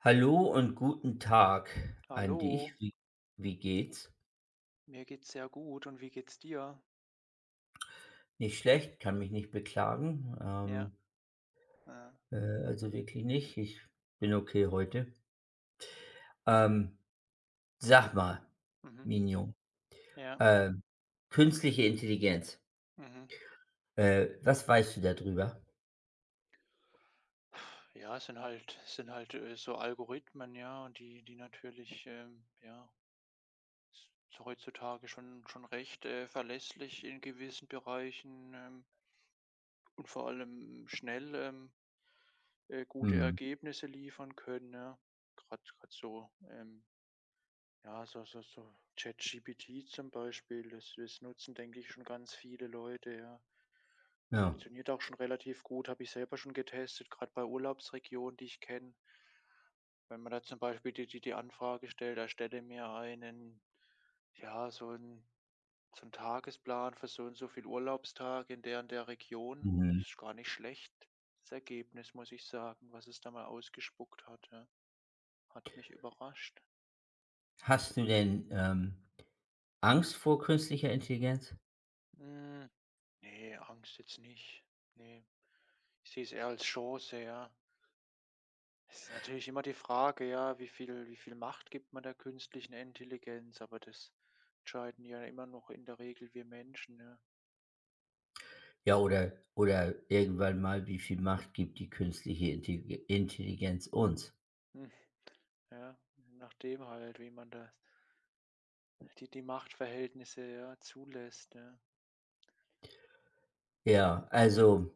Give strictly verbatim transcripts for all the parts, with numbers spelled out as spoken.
Hallo und guten Tag an dich. Hallo, Wie, wie geht's? mir geht's sehr gut und wie geht's dir? Nicht schlecht, kann mich nicht beklagen. Ja, Ähm, äh, äh, also wirklich nicht. Ich bin okay heute. Ähm, sag mal, mhm, Minion, ja, ähm, künstliche Intelligenz. mhm. Äh, was weißt du darüber? Ja, es sind halt es sind halt, äh, so Algorithmen, ja, und die die natürlich, ähm, ja, s heutzutage schon schon recht, äh, verlässlich in gewissen Bereichen, ähm, und vor allem schnell, ähm, äh, gute Mhm. Ergebnisse liefern können, ja. Gerade so, ähm, ja, so so so ChatGPT zum Beispiel, das das nutzen, denke ich, schon ganz viele Leute, ja. Ja. Funktioniert auch schon relativ gut, habe ich selber schon getestet, gerade bei Urlaubsregionen, die ich kenne. Wenn man da zum Beispiel die die die Anfrage stellt: „Erstelle mir einen ja, so 'n so 'n Tagesplan für so und so viel Urlaubstage in der und der Region." Mhm. Ist gar nicht schlecht, das Ergebnis, muss ich sagen, was es da mal ausgespuckt hat, ja. Hat mich überrascht. Hast du denn ähm, Angst vor künstlicher Intelligenz? Hm, ne, Angst jetzt nicht. Ne. Ich sehe es eher als Chance, ja. Es ist natürlich immer die Frage, ja, wie viel wie viel Macht gibt man der künstlichen Intelligenz, aber das entscheiden ja immer noch in der Regel wir Menschen, ja. Ja, oder, oder irgendwann mal, wie viel Macht gibt die künstliche Intelli- Intelligenz uns? Hm, ja, je nachdem halt, wie man das die die Machtverhältnisse, ja, zulässt, ja. Ja, also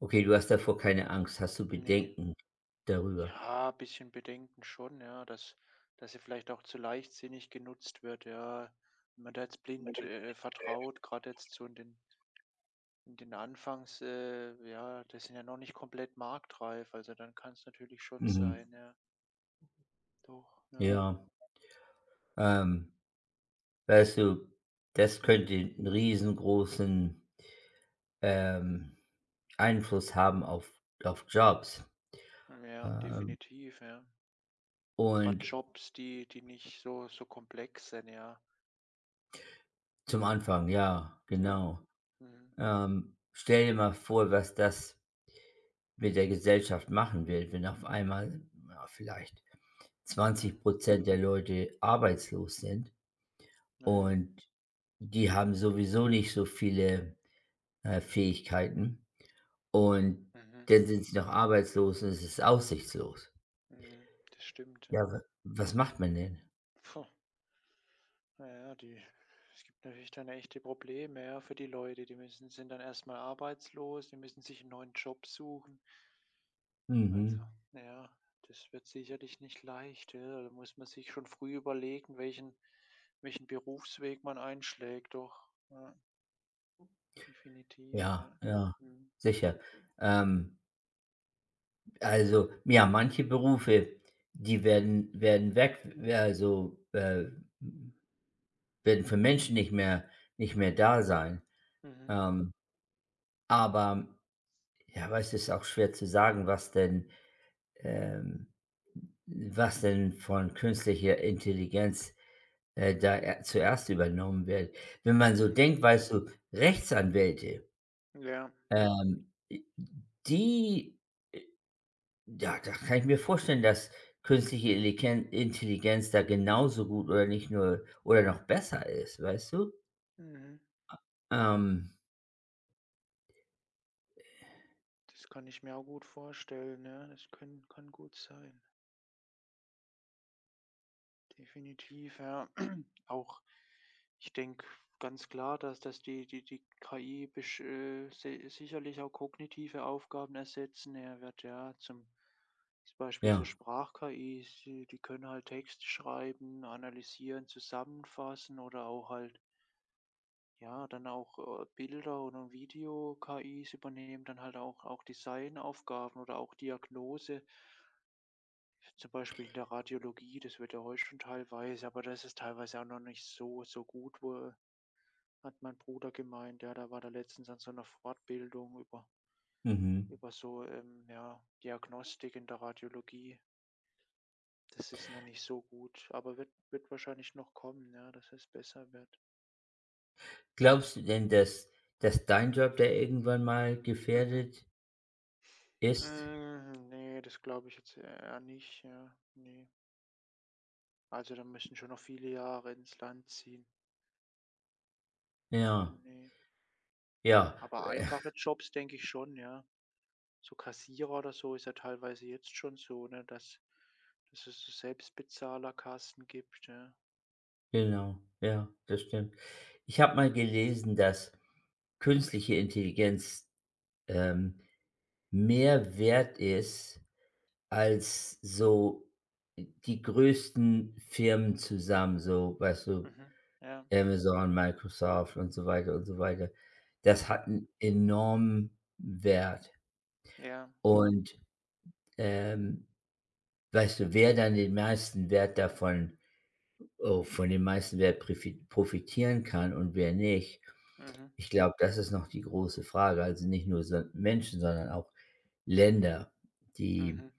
okay, du hast davor keine Angst. Hast du Ne, Bedenken darüber? ja, ein bisschen Bedenken schon, ja, dass dass sie vielleicht auch zu leichtsinnig genutzt wird, ja. Wenn man da jetzt blind, äh, vertraut, gerade jetzt so in den In Den Anfangs äh, ja, das sind ja noch nicht komplett marktreif, also dann kann es natürlich schon Mhm. sein, ja. Doch, ja. Ja, ähm, weißt du, das könnte Mhm. einen riesengroßen, ähm, Einfluss haben auf auf Jobs. Ja, Ähm, definitiv, ja. Gerade und Jobs, die die nicht so so komplex sind, ja. zum Anfang, ja, Ja. genau. Mhm. Ähm, stell dir mal vor, was das mit der Gesellschaft machen wird, wenn auf einmal, ja, vielleicht zwanzig Mhm. Prozent der Leute arbeitslos sind. Ja, ja. Und die haben sowieso nicht so viele, äh, Fähigkeiten und Mhm. dann sind sie noch arbeitslos und es ist aussichtslos. Mhm. Das stimmt, Ja, ja. wa was macht man denn? Puh, na ja, die es gibt natürlich dann echte Probleme, ja, für die Leute. Die müssen sind dann erstmal arbeitslos, die müssen sich einen neuen Job suchen. Also, Mhm. na ja, das wird sicherlich nicht leicht, ja. Da muss man sich schon früh überlegen, welchen welchen Berufsweg man einschlägt, doch. Ja, definitiv, Ja, ja. ja, Mhm. sicher. Ähm, also, ja, manche Berufe, die werden werden weg also, äh, werden für Menschen nicht mehr nicht mehr da sein. Mhm. Ähm, aber ja, aber es ist auch schwer zu sagen, was denn, ähm was denn von künstlicher Intelligenz, äh, da er zuerst übernommen wird. Wenn man so Mhm. denkt, weißt du, Rechtsanwälte, Ja. ähm, die ja, da kann ich mir vorstellen, dass künstliche Intelligen Intelligenz da genauso gut oder nicht nur oder noch besser ist, weißt du? Mhm. Ähm, Das kann ich mir auch gut vorstellen, ja. Das können kann gut sein. Definitiv, ja. Auch ich denke ganz klar, dass dass die die die K I besch äh, si sicherlich auch kognitive Aufgaben ersetzen Er wird, ja. Zum Beispiel so ja, Sprach-K Is, die die können halt Text schreiben, analysieren, zusammenfassen oder auch halt ja, dann auch, äh, Bilder oder Video-K Is übernehmen dann halt auch auch Designaufgaben oder auch Diagnose. Zum Beispiel in der Radiologie, das wird ja heute schon teilweise, aber das ist teilweise auch noch nicht so so gut, wo hat mein Bruder gemeint. Ja, da war der letztens an so 'ner Fortbildung über mhm. über so, ähm, ja, Diagnostik in der Radiologie. Das ist noch nicht so gut, aber wird wird wahrscheinlich noch kommen, ja, dass es besser wird. Glaubst du denn, dass dass dein Job da irgendwann mal Mhm. gefährdet ist? Hm, ne, das glaube ich jetzt eher nicht, ja, ne. Also, da müssen schon noch viele Jahre ins Land ziehen. Ja, Ne. ja. Aber einfache Jobs denke ich schon, ja. So Kassierer oder so ist ja teilweise jetzt schon so, ne, dass dass es so Selbstbezahlerkassen gibt, ja. Genau, ja, das stimmt. Ich habe mal gelesen, dass künstliche Intelligenz, ähm, mehr wert ist als so die größten Firmen zusammen, so, weißt du, Mhm. Ja. Amazon, Microsoft und so weiter und so weiter. Das Mhm. hat einen enormen Wert Ja. und, ähm, weißt du, wer dann den meisten Wert davon oh, von dem meisten Wert profi profitieren kann und wer nicht. Mhm. Ich glaube, das ist noch die große Frage. Also nicht nur so Menschen, sondern auch Länder, die, Mhm.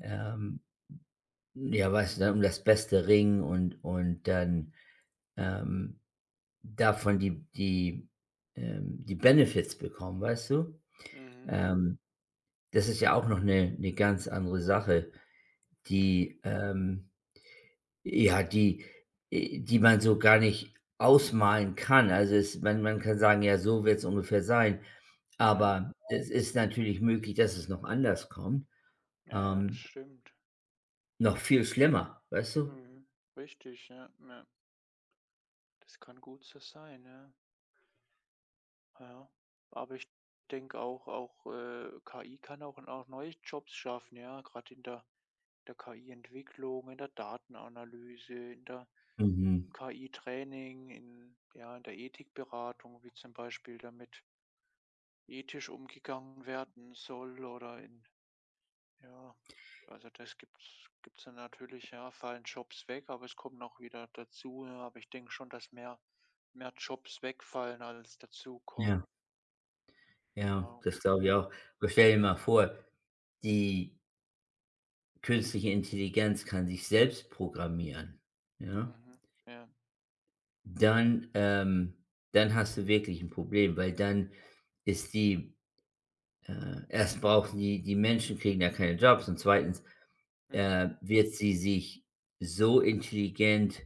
ähm, ja, weißt du, dann um das Beste ringen und und dann, ähm, davon die die, ähm die Benefits bekommen, weißt du? Mhm. Ähm, das ist ja auch noch eine eine ganz andere Sache, Mhm. die, ähm Ja, die äh, die man so gar nicht ausmalen kann. Also, es man man kann sagen: „Ja, so wird es ungefähr sein.“ Ja. Aber genau, es ist natürlich möglich, dass es noch anders kommt, Ja, ja, das ähm, stimmt. noch viel schlimmer, weißt du? Mhm. Richtig, ja, ja. Das kann gut so sein, ja. Ja. Aber ich denke auch auch, äh, K I kann auch auch neue Jobs schaffen, ja, gerade in der der K I-Entwicklung, in der Datenanalyse, in der Mhm. im K I-Training, in, ja, in der Ethikberatung, wie zum Beispiel damit ethisch umgegangen werden soll oder in, ja, also das gibt's, gibt's dann natürlich, ja, fallen Jobs weg, aber es kommen auch wieder dazu, ja, aber ich denke schon, dass mehr, mehr Jobs wegfallen, als Ja, dazukommen. ja, Genau, das glaube ich ja. auch. Aber stell dir mal vor, die künstliche Intelligenz kann sich selbst programmieren, ja? Mhm. Ja. Dann ähm, dann hast du wirklich ein Problem, weil dann ist die Äh, erst brauchen die die Menschen kriegen ja keine Jobs und zweitens, Mhm. äh, wird sie sich so intelligent,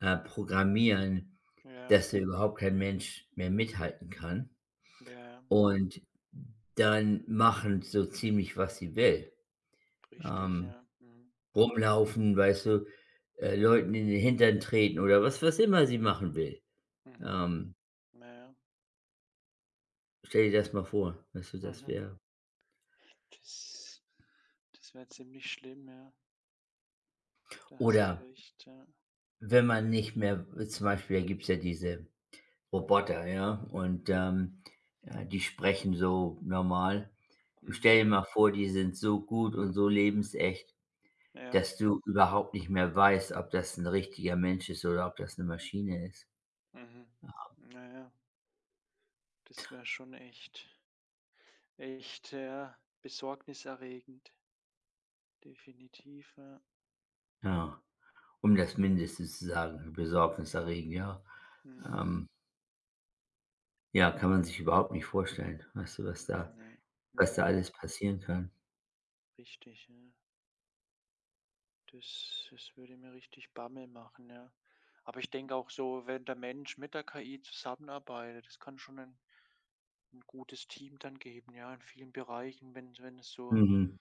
äh, programmieren, Ja. dass da überhaupt kein Mensch mehr mithalten kann. Ja, Und dann machen so ziemlich, was sie will. richtig, Ähm, ja. Mhm. rumlaufen, weißt du, äh, Leuten in den Hintern treten oder was was immer sie machen will. Mhm. Ähm, Ja. stell dir das mal vor, weißt du, das Mhm. wäre. Das das wäre ziemlich schlimm, ja. Da hast du Oder recht, ja. wenn man nicht mehr zum Beispiel, da gibt's ja diese Roboter, ja, und, ähm, äh, die sprechen so normal. Du, Mhm. stell dir mal vor, die sind so gut und so lebensecht, Ja, dass du überhaupt nicht mehr weißt, ob das ein richtiger Mensch ist oder ob das eine Maschine ist. mhm. Na ja, das wäre schon echt echt, ja, besorgniserregend, definitiv, ja. Ja, um das Mindeste zu sagen, besorgniserregend, ja. Mhm. Ähm, ja, kann man sich überhaupt nicht vorstellen, weißt du, was da Ne, was da mhm, alles passieren kann. richtig, ja. Das das würde mir richtig Bammel machen, ja. Aber ich denke auch so, wenn der Mensch mit der K I zusammenarbeitet, das kann schon ein ein gutes Team dann geben, ja, in vielen Bereichen, wenn wenn es so Mhm,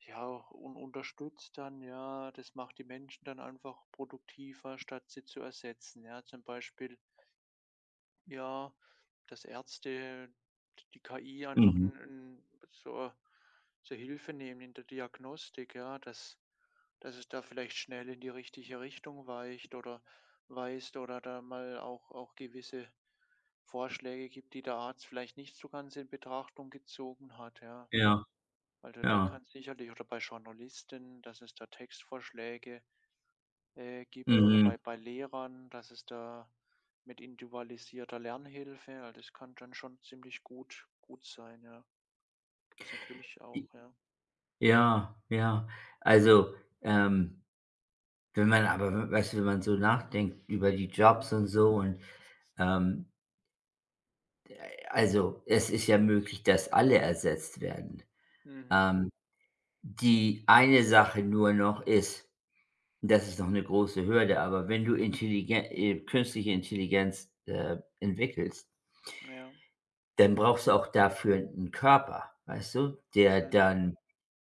Ja, un unterstützt dann, ja. Das macht die Menschen dann einfach produktiver, statt sie zu ersetzen, ja. Zum Beispiel, ja, dass Ärzte die K I einfach mhm, 'n 'n zur zur Hilfe nehmen in der Diagnostik, ja, dass dass es da vielleicht schnell in die richtige Richtung weicht oder weist oder da mal auch auch gewisse Vorschläge gibt, die der Arzt vielleicht nicht so ganz in Betrachtung gezogen hat, ja. ja, Also, da ja, kann's sicherlich oder bei Journalistinnen, dass es da Textvorschläge, äh, gibt oder mhm, bei bei Lehrern, dass es da mit individualisierter Lernhilfe also, das kann dann schon ziemlich gut gut sein, ja. Gibt's natürlich auch, ja. ja, ja. Also, ähm wenn man aber weißt du, wenn man so nachdenkt über die Jobs Mhm, und so und, ähm also, es ist ja möglich, dass alle ersetzt werden. mhm, Ähm, die eine Sache nur noch ist, das ist noch eine große Hürde, aber wenn du intelligen äh, künstliche Intelligenz, äh, entwickelst, ja, dann brauchst du auch dafür einen Körper, weißt du, der mhm, dann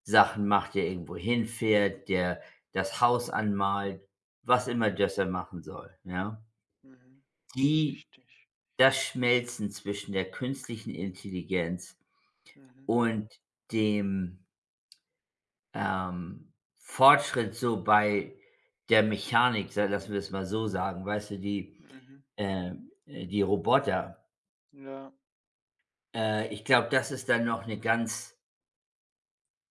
Sachen macht, der irgendwo hinfährt, der das Haus anmalt, was immer das er machen soll, ja? mhm, Die. richtig. Das Schmelzen zwischen der künstlichen Intelligenz Mhm, und dem, ähm, Fortschritt so bei der Mechanik, sa lassen wir es mal so sagen, weißt du, die, mhm, äh äh, die Roboter. ja, Äh, ich glaube, das ist dann noch eine ganz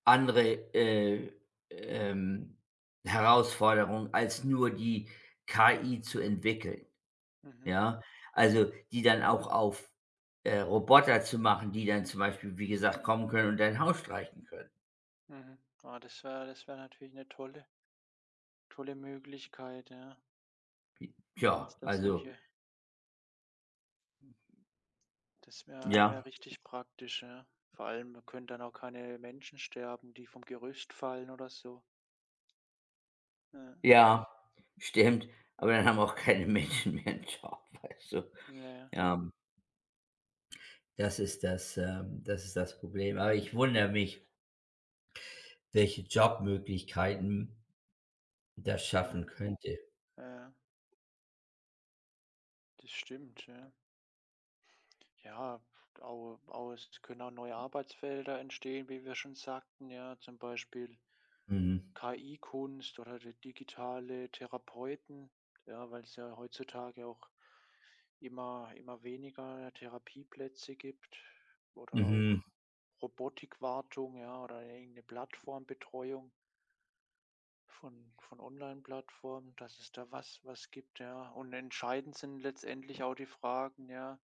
andere, äh, ähm, Herausforderung, als nur die K I zu entwickeln. mhm, Ja, also, die dann auch auf, äh, Roboter zu machen, die dann zum Beispiel, wie gesagt, kommen können und dein Haus streichen können. mhm. Ah, das wäre das wäre natürlich eine tolle tolle Möglichkeit, ja, wenn Tja, es da also solche Das wäre ja, wäre richtig praktisch, ja. Vor allem, da können dann auch keine Menschen sterben, die vom Gerüst fallen oder so. Ja, ja, stimmt, aber dann haben auch keine Menschen mehr einen Job, weißt du? ja, ja, Ja, das ist das, ähm das ist das Problem. Aber ich wundere mich, welche Jobmöglichkeiten das schaffen ja, könnte. ja, das stimmt, ja. Ja, auch, auch es können auch neue Arbeitsfelder entstehen, wie wir schon sagten, ja, zum Beispiel Mhm, K I-Kunst oder di digitale Therapeuten, ja, weil es ja heutzutage auch immer immer weniger Therapieplätze gibt oder auch mhm. Robotikwartung, ja, oder irgend 'ne Plattformbetreuung. Von von Online-Plattformen, dass es da was was gibt, ja. Und entscheidend sind letztendlich auch die Fragen, ja,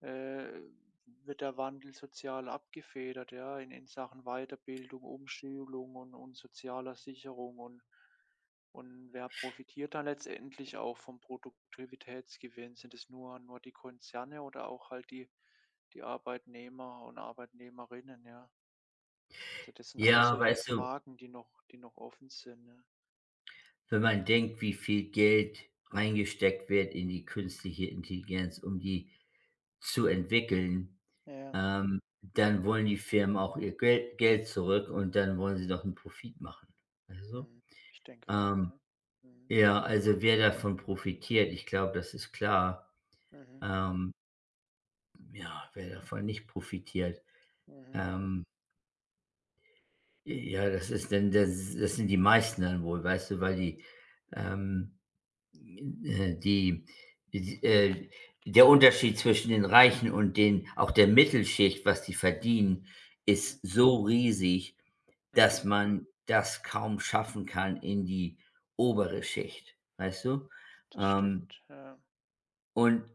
äh, wird der Wandel sozial abgefedert, ja, in in Sachen Weiterbildung, Umschulung und und sozialer Sicherung und und wer profitiert dann letztendlich auch vom Produktivitätsgewinn? Sind es nur nur die Konzerne oder auch halt die die Arbeitnehmer und Arbeitnehmerinnen, ja? Also, das sind alles Ja, solche weißt du, Fragen, die noch die noch offen sind, ja. wenn man denkt, wie viel Geld reingesteckt wird in die künstliche Intelligenz, um die zu entwickeln, Ja, ähm, dann wollen die Firmen auch ihr Geld Geld zurück und dann wollen sie doch einen Profit machen. Also. mhm. Ich denke auch, Ähm, ja. Mhm. ja, also wer davon profitiert, ich glaube, das ist klar. Mhm. Ähm, ja, wer davon nicht profitiert, Mhm. ähm, ja, das ist dann das, das sind die meisten dann wohl, weißt du, weil die, ähm Äh, die d äh, der Unterschied zwischen den Reichen und den auch der Mittelschicht, was die verdienen, ist Mhm. so riesig, dass Mhm. man das kaum schaffen kann in die obere Schicht, weißt du? Das Ähm, stimmt, ja. und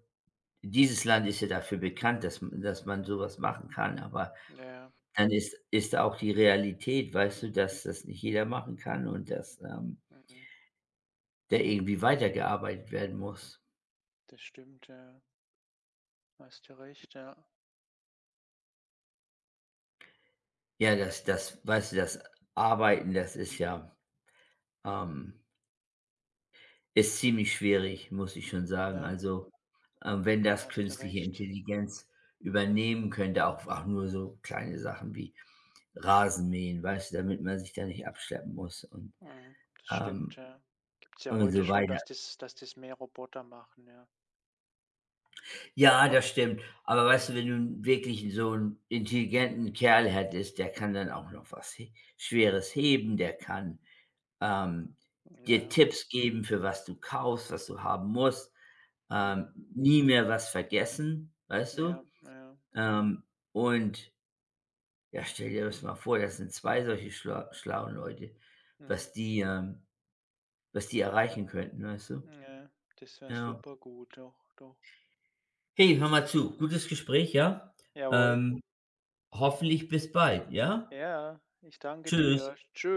dieses Land ist ja dafür bekannt, dass m dass man sowas machen kann, aber Ja, ja. dann ist ist auch die Realität, weißt du, dass das nicht jeder machen kann und dass, ähm, Mhm. da irgendwie weitergearbeitet werden muss. Das stimmt, ja. Hast du recht, ja. Ja, das das weißt du, das Arbeiten, das ist ja, ähm ist ziemlich schwierig, muss ich schon sagen. Ja, Also, ähm, wenn da das hast du künstliche recht. Intelligenz übernehmen könnte, auch auch nur so kleine Sachen wie Rasenmähen, weißt du, damit man sich da nicht abschleppen muss und, Mhm. Das stimmt, ähm, ja. Gibt's ja und heute so schon, weiter. dass das dass das mehr Roboter machen, ja. Ja, das stimmt. Aber weißt du, wenn du wirklich so einen intelligenten Kerl hättest, der kann dann auch noch was he Schweres heben, der kann, ähm, dir Ja. Tipps geben, für was du kaufst, was du haben musst, Mhm. ähm, nie mehr was vergessen, weißt du? Ja, ja. Ähm, und ja, stell dir das mal vor, das sind zwei solche schlau schlauen Leute, was Mhm. die ähm, was die erreichen könnten, weißt du? Ja, das wäre Ja. super gut doch, doch. Hey, hör mal zu, gutes Gespräch, ja? Jawohl. Ähm Hoffentlich bis bald, ja? Ja, ich danke Tschüss. dir. Tschü